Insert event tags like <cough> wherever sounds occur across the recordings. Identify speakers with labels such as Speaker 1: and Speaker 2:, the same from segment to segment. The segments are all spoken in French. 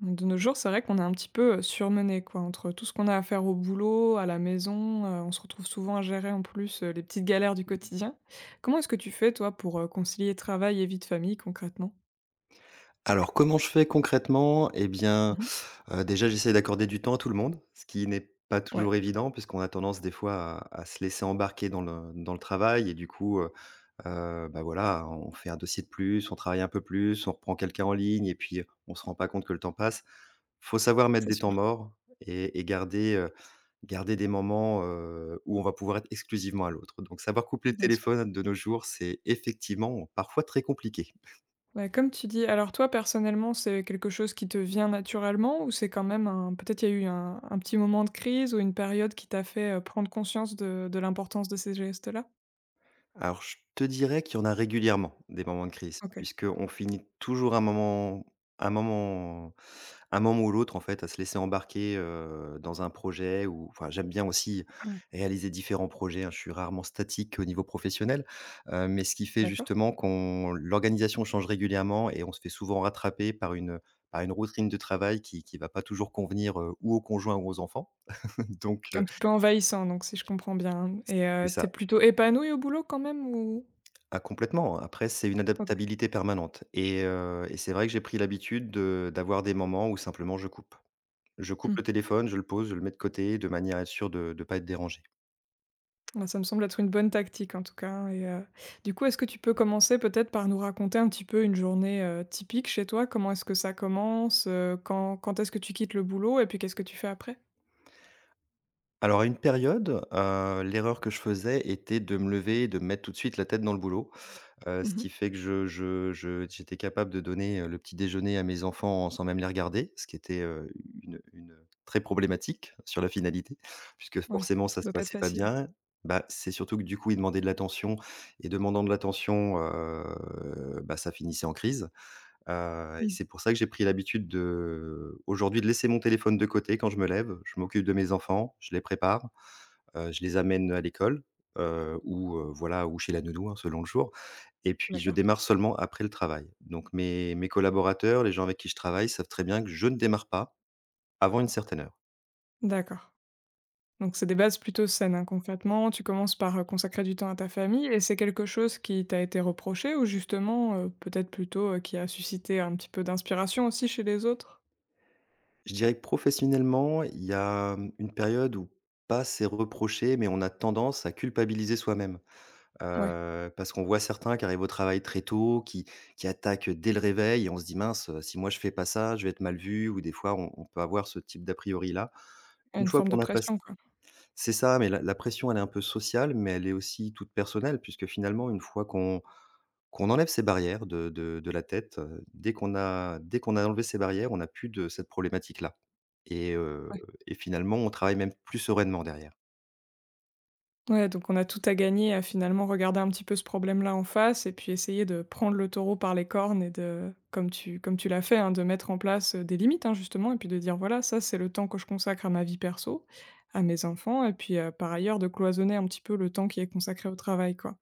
Speaker 1: De nos jours, c'est vrai qu'on est un petit peu, surmenés quoi, entre tout ce qu'on a à faire au boulot, à la maison, on se retrouve souvent à gérer en plus, les petites galères du quotidien. Comment est-ce que tu fais toi pour, concilier travail et vie de famille concrètement?
Speaker 2: Alors comment je fais concrètement? Eh bien,
Speaker 1: Mmh.
Speaker 2: déjà j'essaie d'accorder du temps à tout le monde, ce qui n'est pas
Speaker 1: Ouais,
Speaker 2: toujours évident puisqu'on a tendance des fois à se laisser embarquer dans le travail et du coup, bah, voilà, on fait un dossier de plus, on travaille un peu plus, on reprend quelqu'un en ligne et puis on se rend pas compte que le temps passe. Faut savoir mettre
Speaker 1: c'est
Speaker 2: des
Speaker 1: sûr,
Speaker 2: temps morts et garder, garder des moments, où on va pouvoir être exclusivement à l'autre. Donc savoir couper le
Speaker 1: bien sûr.
Speaker 2: téléphone de nos jours, c'est effectivement parfois très compliqué.
Speaker 1: Ouais, comme tu dis, alors toi personnellement, c'est quelque chose qui te vient naturellement ou c'est quand même un peut-être il y a eu un petit moment de crise ou une période qui t'a fait, prendre conscience de l'importance de ces gestes-là?
Speaker 2: Alors, je te dirais qu'il y en a régulièrement des moments de crise,
Speaker 1: OK,
Speaker 2: puisqu'on finit toujours un moment un moment un moment ou l'autre, en fait, à se laisser embarquer, dans un projet ou enfin, j'aime bien aussi
Speaker 1: ouais,
Speaker 2: réaliser différents projets, hein. Je suis rarement statique au niveau professionnel, mais ce qui fait
Speaker 1: d'accord.
Speaker 2: justement qu'on l'organisation change régulièrement et on se fait souvent rattraper par par une routine de travail qui va pas toujours convenir, ou au conjoint ou aux enfants. <laughs> Donc,
Speaker 1: Un petit peu envahissant donc si je comprends bien et
Speaker 2: c'est
Speaker 1: tu
Speaker 2: ça.
Speaker 1: plutôt épanoui au boulot quand même ou?
Speaker 2: Ah complètement, après c'est une
Speaker 1: OK.
Speaker 2: adaptabilité permanente et et c'est vrai que j'ai pris l'habitude de d'avoir des moments où simplement je coupe. Je
Speaker 1: Mmh.
Speaker 2: coupe le téléphone, je le pose, je le mets de côté de manière à être sûr de ne pas être dérangé.
Speaker 1: Bah, ça me semble être une bonne tactique en tout cas hein, et du coup, est-ce que tu peux commencer peut-être par nous raconter un petit peu une journée, typique chez toi? Comment est-ce que ça commence? Quand est-ce que tu quittes le boulot et puis qu'est-ce que tu fais après?
Speaker 2: Alors à une période, l'erreur que je faisais était de me lever et de me mettre tout de suite la tête dans le boulot. Ce
Speaker 1: Mmh.
Speaker 2: qui fait que je j'étais capable de donner, le petit déjeuner à mes enfants sans même les regarder, ce qui était, une une, très problématique sur la finalité, <laughs> puisque
Speaker 1: Ouais,
Speaker 2: forcément
Speaker 1: ça
Speaker 2: ça se
Speaker 1: doit pas être
Speaker 2: passait pas
Speaker 1: facile.
Speaker 2: bien. Bah, c'est surtout que du coup, ils demandaient de l'attention et demandant de l'attention, bah, ça finissait en crise, et
Speaker 1: Mmh.
Speaker 2: c'est pour ça que j'ai pris l'habitude de aujourd'hui de laisser mon téléphone de côté quand je me lève. Je m'occupe de mes enfants, je les prépare, je les amène à l'école, voilà, ou chez la nounou, hein, selon le jour et puis je
Speaker 1: D'accord.
Speaker 2: démarre seulement après le travail. Donc mes collaborateurs, les gens avec qui je travaille savent très bien que je ne démarre pas avant une certaine heure.
Speaker 1: D'accord. Donc c'est des bases plutôt saines, hein. Concrètement, tu commences par, consacrer du temps à ta famille et c'est quelque chose qui t'a été reproché ou justement, peut-être plutôt, qui a suscité un petit peu d'inspiration aussi chez les autres?
Speaker 2: Je dirais que professionnellement, il y a, une période où pas c'est reproché, mais on a tendance à culpabiliser soi-même.
Speaker 1: Ouais,
Speaker 2: Parce qu'on voit certains qui arrivent au travail très tôt, qui attaquent dès le réveil et on se dit: «Mince, si moi je fais pas ça, je vais être mal vu» ou des fois on peut avoir ce type d'a priori là. Une
Speaker 1: une
Speaker 2: fois
Speaker 1: forme de
Speaker 2: qu'on a passé
Speaker 1: pression, quoi.
Speaker 2: C'est ça, mais la pression, elle est un peu sociale, mais elle est aussi toute personnelle puisque finalement une fois qu'on enlève ces barrières de la tête, dès qu'on a enlevé ces barrières, on n'a plus de cette problématique-là et heu
Speaker 1: Ouais.
Speaker 2: et finalement on travaille même plus sereinement derrière.
Speaker 1: Ouais, donc on a tout à gagner à finalement regarder un petit peu ce problème-là en face et puis essayer de prendre le taureau par les cornes et de comme tu l'as fait, hein, de mettre en place, des limites, hein, justement et puis de dire: «Voilà, ça c'est le temps que je consacre à ma vie perso, à mes enfants» et puis, par ailleurs de cloisonner un petit peu le temps qui est consacré au travail, quoi.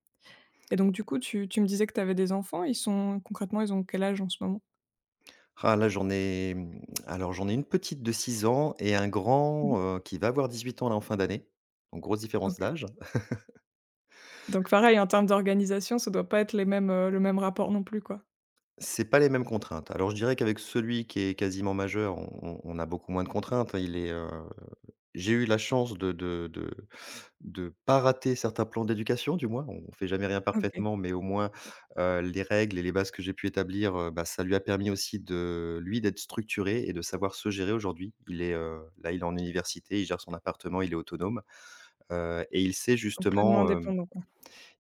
Speaker 1: Et donc du coup, tu me disais que tu avais des enfants, ils sont concrètement, ils ont quel âge en ce moment?
Speaker 2: Ah là, j'en ai, alors j'en ai une petite de 6 ans et un
Speaker 1: Mmh.
Speaker 2: grand, qui va avoir 18 ans là en fin d'année, donc grosse différence
Speaker 1: OK.
Speaker 2: d'âge.
Speaker 1: Donc pareil, en termes d'organisation, ça doit pas être les mêmes, le même rapport non plus, quoi?
Speaker 2: C'est pas les mêmes contraintes. Alors je dirais qu'avec celui qui est quasiment majeur, on a beaucoup moins de contraintes, il est, J'ai eu la chance de pas rater certains plans d'éducation du moins. On fait jamais rien
Speaker 1: OK,
Speaker 2: parfaitement, mais au moins, les règles et les bases que j'ai pu établir, bah, ça lui a permis aussi de lui, d'être structuré et de savoir se gérer aujourd'hui. Il est, là, il est en université, il gère son appartement, il est autonome, et il sait
Speaker 1: donc pleinement
Speaker 2: justement, hem
Speaker 1: indépendant, quoi.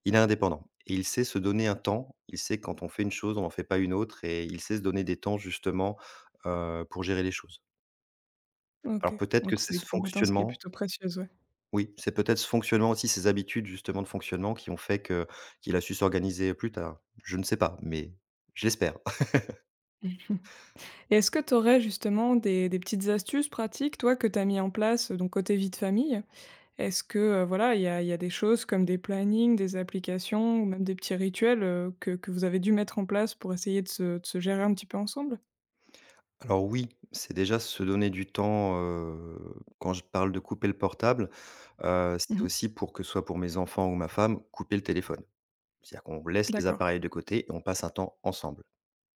Speaker 2: il est indépendant et il sait se donner un temps. Il sait quand on fait une chose, on en fait pas une autre et il sait se donner des temps justement, pour gérer les choses.
Speaker 1: OK,
Speaker 2: Alors peut-être que
Speaker 1: donc
Speaker 2: c'est
Speaker 1: c'est
Speaker 2: ce
Speaker 1: une compétence qui est
Speaker 2: fonctionnement
Speaker 1: plutôt précieuse, ouais.
Speaker 2: Oui, c'est peut-être ce fonctionnement aussi, ces habitudes justement de fonctionnement qui ont fait que qu'il a su s'organiser plus tard. Je ne sais pas, mais je l'espère.
Speaker 1: <laughs> Et est-ce que tu aurais justement des petites astuces pratiques, toi, que tu as mis en place, donc côté vie de famille? Est-ce que, voilà, il y a des choses comme des plannings, des applications ou même des petits rituels, que vous avez dû mettre en place pour essayer de se gérer un petit peu ensemble?
Speaker 2: <laughs> Alors oui, c'est déjà se donner du temps, quand je parle de couper le portable, c'est
Speaker 1: Mmh.
Speaker 2: aussi pour que ce soit pour mes enfants ou ma femme, couper le téléphone. C'est-à-dire qu'on laisse les
Speaker 1: D'accord.
Speaker 2: appareils de côté et on passe un temps ensemble.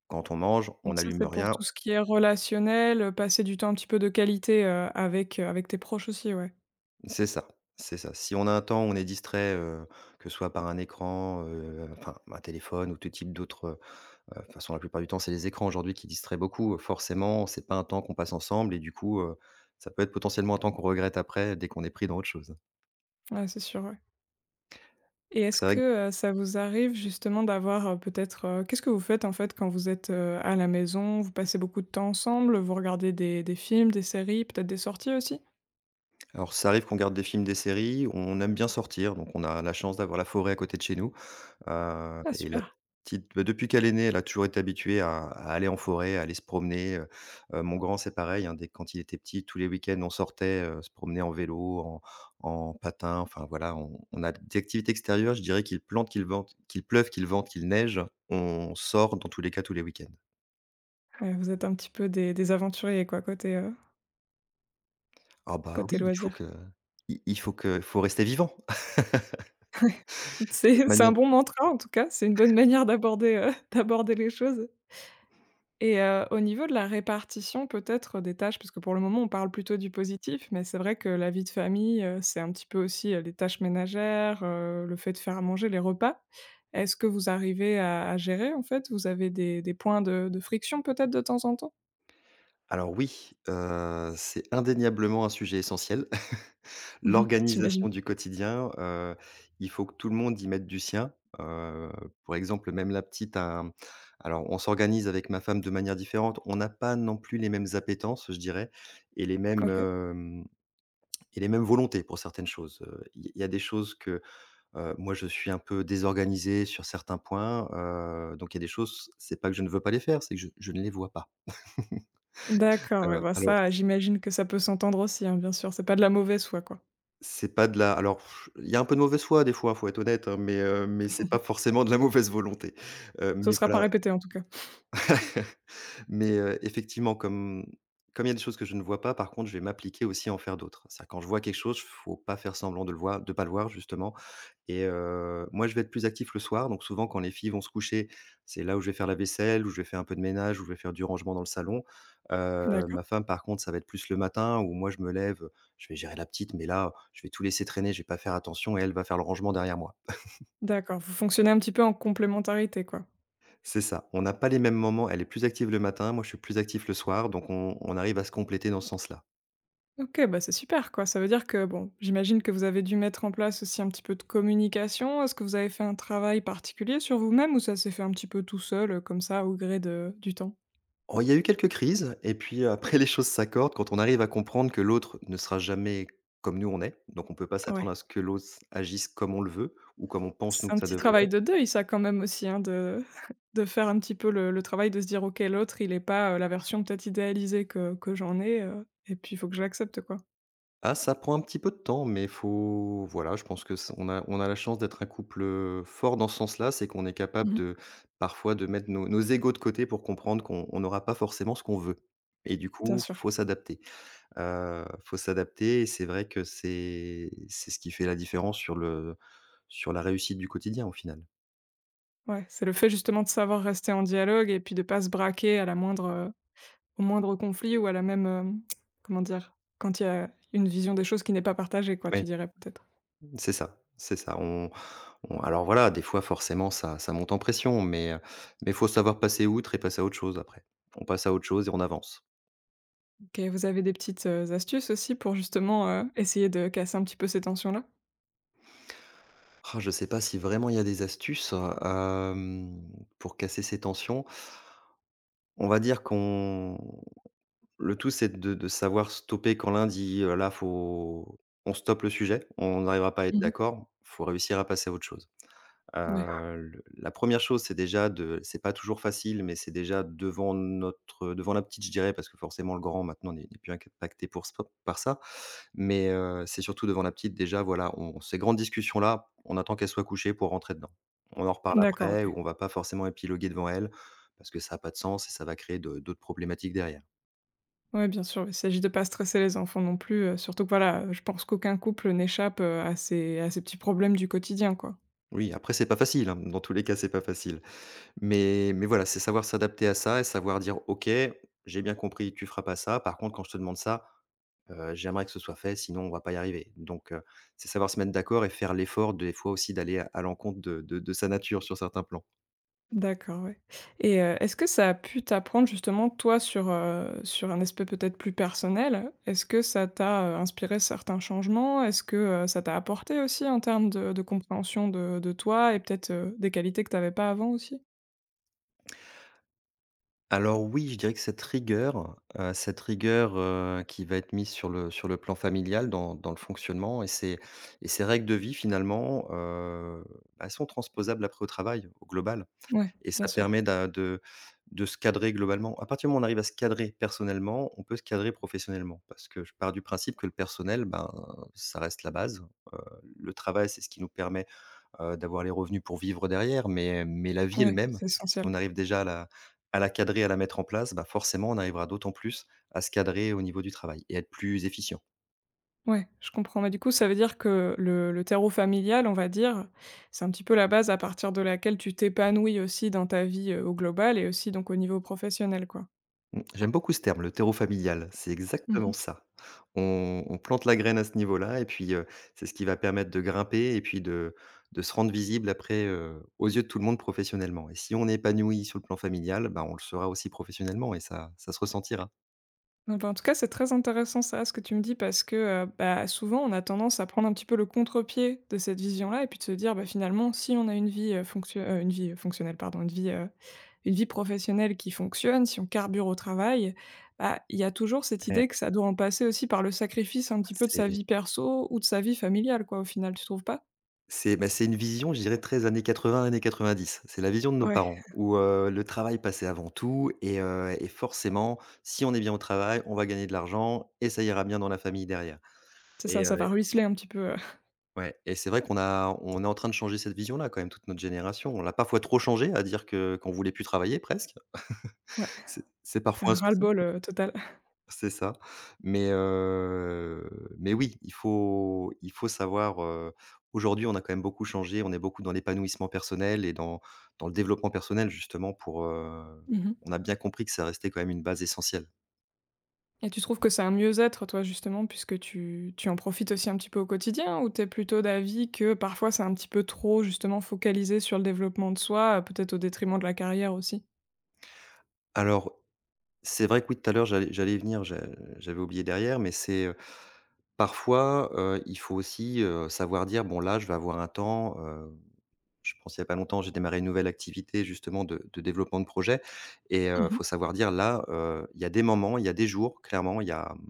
Speaker 2: Quand on mange, on
Speaker 1: Donc ça,
Speaker 2: n'allume
Speaker 1: c'est pour
Speaker 2: rien
Speaker 1: tout ce qui est relationnel, passer du temps un petit peu de qualité, avec, avec tes proches aussi, ouais.
Speaker 2: c'est ça, c'est ça. Si on a un temps où on est distrait, que ce soit par un écran, enfin un téléphone ou tout type d'autres, de toute façon, la plupart du temps, c'est les écrans aujourd'hui qui distraient beaucoup. Forcément, c'est pas un temps qu'on passe ensemble et du coup, ça peut être potentiellement un temps qu'on regrette après, dès qu'on est pris dans autre chose.
Speaker 1: Ouais, c'est sûr, ouais. Et est-ce
Speaker 2: C'est vrai que-
Speaker 1: que, ça vous arrive justement d'avoir, peut-être, qu'est-ce que vous faites en fait quand vous êtes, à la maison? Vous passez beaucoup de temps ensemble? Vous regardez des films, des séries, peut-être des sorties aussi?
Speaker 2: alors ça arrive qu'on regarde des films, des séries, on aime bien sortir, donc on a la chance d'avoir la forêt à côté de chez nous.
Speaker 1: Ah
Speaker 2: Et la
Speaker 1: super!
Speaker 2: petite bah, depuis qu'elle est née, elle a toujours été habituée à aller en forêt, à aller se promener, mon grand, c'est pareil, hein, dès quand il était petit, tous les week-ends, on sortait, se promener en vélo, en patin, enfin voilà, on a des activités extérieures, je dirais qu'il plante, qu'il pleuve, qu'il vente, qu'il neige, on sort dans tous les cas tous les week-ends.
Speaker 1: Ouais, vous êtes un petit peu des aventuriers quoi, côté,
Speaker 2: Ah bah,
Speaker 1: côté
Speaker 2: oui,
Speaker 1: loisirs.
Speaker 2: il faut que faut rester vivant.
Speaker 1: <laughs>
Speaker 2: <laughs>
Speaker 1: C'est un
Speaker 2: manière
Speaker 1: bon mantra en tout cas, c'est une bonne manière d'aborder, <laughs> d'aborder les choses et au niveau de la répartition peut-être des tâches, parce que pour le moment on parle plutôt du positif, mais c'est vrai que la vie de famille, c'est un petit peu aussi, les tâches ménagères, le fait de faire à manger, les repas. Est-ce que vous arrivez à gérer en fait? Vous avez des points de friction peut-être de temps en temps?
Speaker 2: alors oui, c'est indéniablement un sujet essentiel.
Speaker 1: <laughs> J'imagine.
Speaker 2: L'organisation du quotidien, il faut que tout le monde y mette du sien. Heu, pour exemple, même la petite a un- alors on s'organise avec ma femme de manière différente. On n'a pas non plus les mêmes appétences, je dirais et les mêmes,
Speaker 1: OK.
Speaker 2: hem et les mêmes volontés pour certaines choses. Il y a des choses que, moi je suis un peu désorganisé sur certains points, donc il y a des choses, c'est pas que je ne veux pas les faire, c'est que je ne les vois pas.
Speaker 1: D'accord, ouais,
Speaker 2: Heu,
Speaker 1: bah,
Speaker 2: alors
Speaker 1: ça, j'imagine que ça peut s'entendre aussi, hein, bien sûr, c'est pas de la mauvaise foi, quoi.
Speaker 2: C'est pas de la alors il y a un peu de mauvaise foi des fois, faut être honnête, hein, mais c'est pas forcément de la mauvaise volonté,
Speaker 1: Ce
Speaker 2: mais
Speaker 1: sera pas
Speaker 2: voilà.
Speaker 1: répété, en tout cas.
Speaker 2: Mais, effectivement, comme il y a des choses que je ne vois pas, par contre, je vais m'appliquer aussi à en faire d'autres. C'est-à-dire quand je vois quelque chose, faut pas faire semblant de le voir justement moi, je vais être plus actif le soir, donc souvent quand les filles vont se coucher, c'est là où je vais faire la vaisselle, où je vais faire un peu de ménage, où je vais faire du rangement dans le salon. Heu,
Speaker 1: D'accord,
Speaker 2: ma femme, par contre, ça va être plus le matin où moi je me lève, je vais gérer la petite, mais là, je vais tout laisser traîner, je vais pas faire attention et elle va faire le rangement derrière moi.
Speaker 1: d'accord, vous fonctionnez un petit peu en complémentarité, quoi.
Speaker 2: C'est ça, on n'a pas les mêmes moments, elle est plus active le matin, moi je suis plus actif le soir, donc on arrive à se compléter dans ce sens-là.
Speaker 1: OK, bah, c'est super, quoi. Ça veut dire que, bon, j'imagine que vous avez dû mettre en place aussi un petit peu de communication. Est-ce que vous avez fait un travail particulier sur vous-même ou ça s'est fait un petit peu tout seul, comme ça, au gré de du temps?
Speaker 2: Oh, il y a eu quelques crises et puis après <laughs> les choses s'accordent quand on arrive à comprendre que l'autre ne sera jamais comme nous on est, donc on peut pas s'attendre
Speaker 1: Ouais.
Speaker 2: à ce que l'autre agisse comme on le veut ou comme on pense nous
Speaker 1: C'est un
Speaker 2: que ça
Speaker 1: petit
Speaker 2: devrait
Speaker 1: travail
Speaker 2: être.
Speaker 1: de deuil ça quand même aussi, hein, de <laughs> de faire un petit peu le travail de se dire: «OK, l'autre il est pas, la version peut-être idéalisée que j'en ai, et puis il faut que je l'accepte quoi».
Speaker 2: Ah, ça prend un petit peu de temps, mais faut voilà, je pense que ç on a la chance d'être un couple, fort dans ce sens-là, c'est qu'on est capable
Speaker 1: Mmh.
Speaker 2: de parfois de mettre nos égos de côté pour comprendre qu'on on n'aura pas forcément ce qu'on veut et du
Speaker 1: Bien
Speaker 2: coup,
Speaker 1: sûr.
Speaker 2: faut s'adapter. Faut s'adapter et c'est vrai que c'est ce qui fait la différence sur le sur la réussite du quotidien, au final.
Speaker 1: Ouais, c'est le fait justement de savoir rester en dialogue et puis de pas se braquer à la moindre, au moindre conflit ou à la même, comment dire? Quand il y a une vision des choses qui n'est pas partagée quoi, tu
Speaker 2: Ouais.
Speaker 1: dirais peut-être?
Speaker 2: C'est ça, c'est ça. On alors voilà, des fois, forcément, ça monte en pression, mais faut savoir passer outre et passer à autre chose après. On passe à autre chose et on avance.
Speaker 1: OK, vous avez des petites, astuces aussi pour justement, essayer de casser un petit peu ces tensions-là?
Speaker 2: Ah, je sais pas si vraiment il y a des astuces, hem, pour casser ces tensions. On va dire qu'on Le tout, c'est de savoir stopper quand l'un dit, «Là, faut on stoppe le sujet, on n'arrivera pas à être
Speaker 1: Mmh.
Speaker 2: d'accord, faut réussir à passer à autre chose».
Speaker 1: Ouais,
Speaker 2: Le la première chose, c'est déjà de c'est pas toujours facile, mais c'est déjà devant notre devant la petite, je dirais, parce que forcément le grand maintenant n'est plus impacté pour ça par ça, mais c'est surtout devant la petite déjà, voilà, on ces grandes discussions-là, on attend qu'elle soit couchée pour rentrer dedans. On en reparle
Speaker 1: d'accord OK.
Speaker 2: après ou on va pas forcément épiloguer devant elle, parce que ça a pas de sens et ça va créer de d'autres problématiques derrière.
Speaker 1: Ouais, bien sûr, il s'agit de pas stresser les enfants non plus, surtout que voilà, je pense qu'aucun couple n'échappe, à ces petits problèmes du quotidien, quoi.
Speaker 2: Oui, après c'est pas facile, hein, dans tous les cas, c'est pas facile. Mais voilà, c'est savoir s'adapter à ça et savoir dire: «OK, j'ai bien compris, tu feras pas ça. Par contre, quand je te demande ça, j'aimerais que ce soit fait, sinon on va pas y arriver». Donc c'est savoir se mettre d'accord et faire l'effort des fois aussi d'aller à l'encontre de sa nature sur certains plans.
Speaker 1: D'accord, ouais et est-ce que ça a pu t'apprendre justement toi sur, sur un aspect peut-être plus personnel? Est-ce que ça t'a, inspiré certains changements? Est-ce que, ça t'a apporté aussi en termes de compréhension de toi et peut-être, des qualités que t'avais pas avant aussi?
Speaker 2: Alors oui, je dirais que cette rigueur, qui va être mise sur le plan familial dans le fonctionnement et ces règles de vie finalement, elles sont transposables après au travail, au global.
Speaker 1: Ouais,
Speaker 2: Et
Speaker 1: bien
Speaker 2: ça
Speaker 1: sûr.
Speaker 2: permet d'a de se cadrer globalement. À partir du moment où on arrive à se cadrer personnellement, on peut se cadrer professionnellement. Parce que je pars du principe que le personnel, ben, ça reste la base. Heu, le travail, c'est ce qui nous permet, d'avoir les revenus pour vivre derrière, mais la vie
Speaker 1: Ouais,
Speaker 2: elle-même,
Speaker 1: c'est
Speaker 2: si
Speaker 1: essentiel.
Speaker 2: on arrive déjà à la cadrer, à la mettre en place, ben forcément on arrivera d'autant plus à se cadrer au niveau du travail et à être plus efficient.
Speaker 1: Ouais, je comprends. Mais du coup, ça veut dire que le terreau familial, on va dire, c'est un petit peu la base à partir de laquelle tu t'épanouis aussi dans ta vie, au global et aussi donc au niveau professionnel, quoi?
Speaker 2: Mmh, j'aime beaucoup ce terme, le terreau familial, c'est exactement ça. On plante la graine à ce niveau-là et puis, c'est ce qui va permettre de grimper et puis de se rendre visible après, aux yeux de tout le monde professionnellement et si on est épanoui sur le plan familial, bah, on le sera aussi professionnellement et ça se ressentira.
Speaker 1: Non, bah, en tout cas, c'est très intéressant ça, ce que tu me dis, parce que bah, souvent, on a tendance à prendre un petit peu le contre-pied de cette vision-là, et puis de se dire, bah, finalement, si on a une vie, une vie fonctionnelle, pardon, une vie professionnelle qui fonctionne, si on carbure au travail, bah, il y a toujours cette
Speaker 2: Eh,
Speaker 1: idée que ça doit en passer aussi par le sacrifice un petit peu de sa
Speaker 2: c'est
Speaker 1: vie perso ou de sa vie familiale, quoi, au final, tu trouves pas?
Speaker 2: bah, c'est une vision, je dirais, très années 80, années 90. C'est la vision de nos
Speaker 1: Ouais,
Speaker 2: parents où, le travail passait avant tout et forcément, si on est bien au travail, on va gagner de l'argent et ça ira bien dans la famille derrière
Speaker 1: c'est ça,
Speaker 2: et heu
Speaker 1: ça va ruisseler un petit peu,
Speaker 2: Ouais et c'est vrai qu'on a on est en train de changer cette vision-là quand même, toute notre génération. On l'a parfois trop changée à dire que qu'on voulait plus travailler presque.
Speaker 1: <laughs> ouais,
Speaker 2: C'est parfois
Speaker 1: un
Speaker 2: un souci,
Speaker 1: ras-le-bol total.
Speaker 2: c'est ça. Mais heu, mais oui, il faut savoir, aujourd'hui, on a quand même beaucoup changé. On est beaucoup dans l'épanouissement personnel et dans le développement personnel justement. On
Speaker 1: <laughs>
Speaker 2: a bien compris que ça restait quand même une base essentielle.
Speaker 1: Et tu trouves que c'est un mieux-être, toi, justement, puisque tu en profites aussi un petit peu au quotidien? Ou t'es plutôt d'avis que parfois c'est un petit peu trop, justement, focalisé sur le développement de soi, peut-être au détriment de la carrière aussi?
Speaker 2: Alors, c'est vrai que oui, tout à l'heure, j'allais y venir, j'avais oublié derrière, mais parfois, il faut aussi, savoir dire: «Bon là, je vais avoir un temps, heu». Je pense il y a pas longtemps, j'ai démarré une nouvelle activité justement de développement de projet et
Speaker 1: Mmh.
Speaker 2: faut savoir dire là, il y a des moments, il y a des jours, clairement, il y a,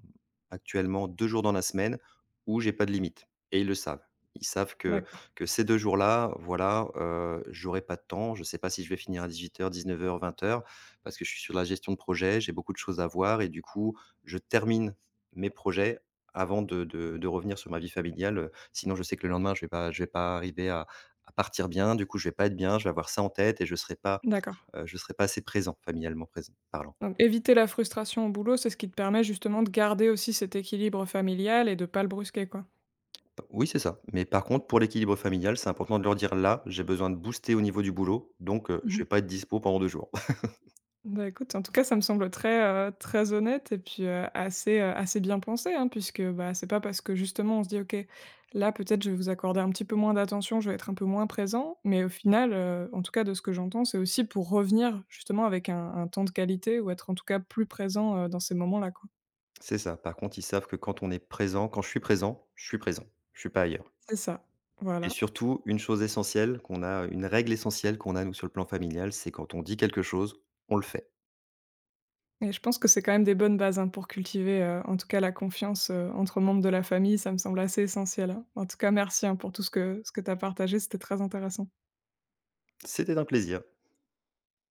Speaker 2: actuellement 2 jours dans la semaine où j'ai pas de limite et ils le savent. Ils savent
Speaker 1: D'accord,
Speaker 2: que ces 2 jours-là, voilà, j'aurai pas de temps. Je sais pas si je vais finir à 18 19 heures, 19 heures, 20 heures, parce que je suis sur la gestion de projet, j'ai beaucoup de choses à voir et du coup, je termine mes projets avant de revenir sur ma vie familiale. Sinon je sais que le lendemain je vais pas arriver à partir bien, du coup, je vais pas être bien, je vais avoir ça en tête et
Speaker 1: d'accord.
Speaker 2: je serai pas assez présent, familialement présent parlant.
Speaker 1: Donc éviter la frustration au boulot, c'est ce qui te permet justement de garder aussi cet équilibre familial et de pas le brusquer, quoi?
Speaker 2: Oui, c'est ça, mais par contre, pour l'équilibre familial, c'est important de leur dire: «Là, j'ai besoin de booster au niveau du boulot, donc je vais pas être dispo pendant 2 jours».
Speaker 1: Bah, écoute, en tout cas, ça me semble très, très honnête et puis, assez, assez bien pensé, hein, puisque, bah, c'est pas parce que justement on se dit: «OK, là peut-être je vais vous accorder un petit peu moins d'attention, je vais être un peu moins présent», mais au final, en tout cas de ce que j'entends, c'est aussi pour revenir justement avec un temps de qualité ou être en tout cas plus présent, dans ces moments-là, quoi.
Speaker 2: <laughs> C'est ça. Par contre, ils savent que quand on est présent, quand je suis présent, je suis présent, je suis pas ailleurs
Speaker 1: C'est ça,
Speaker 2: et
Speaker 1: voilà
Speaker 2: surtout, une règle essentielle qu'on a, nous, sur le plan familial, c'est quand on dit quelque chose, on le fait.
Speaker 1: et je pense que c'est quand même des bonnes bases, hein, pour cultiver, en tout cas la confiance, entre membres de la famille, ça me semble assez essentiel, hein. En tout cas merci, hein, pour tout ce que tu as partagé, c'était très intéressant.
Speaker 2: C'était un plaisir.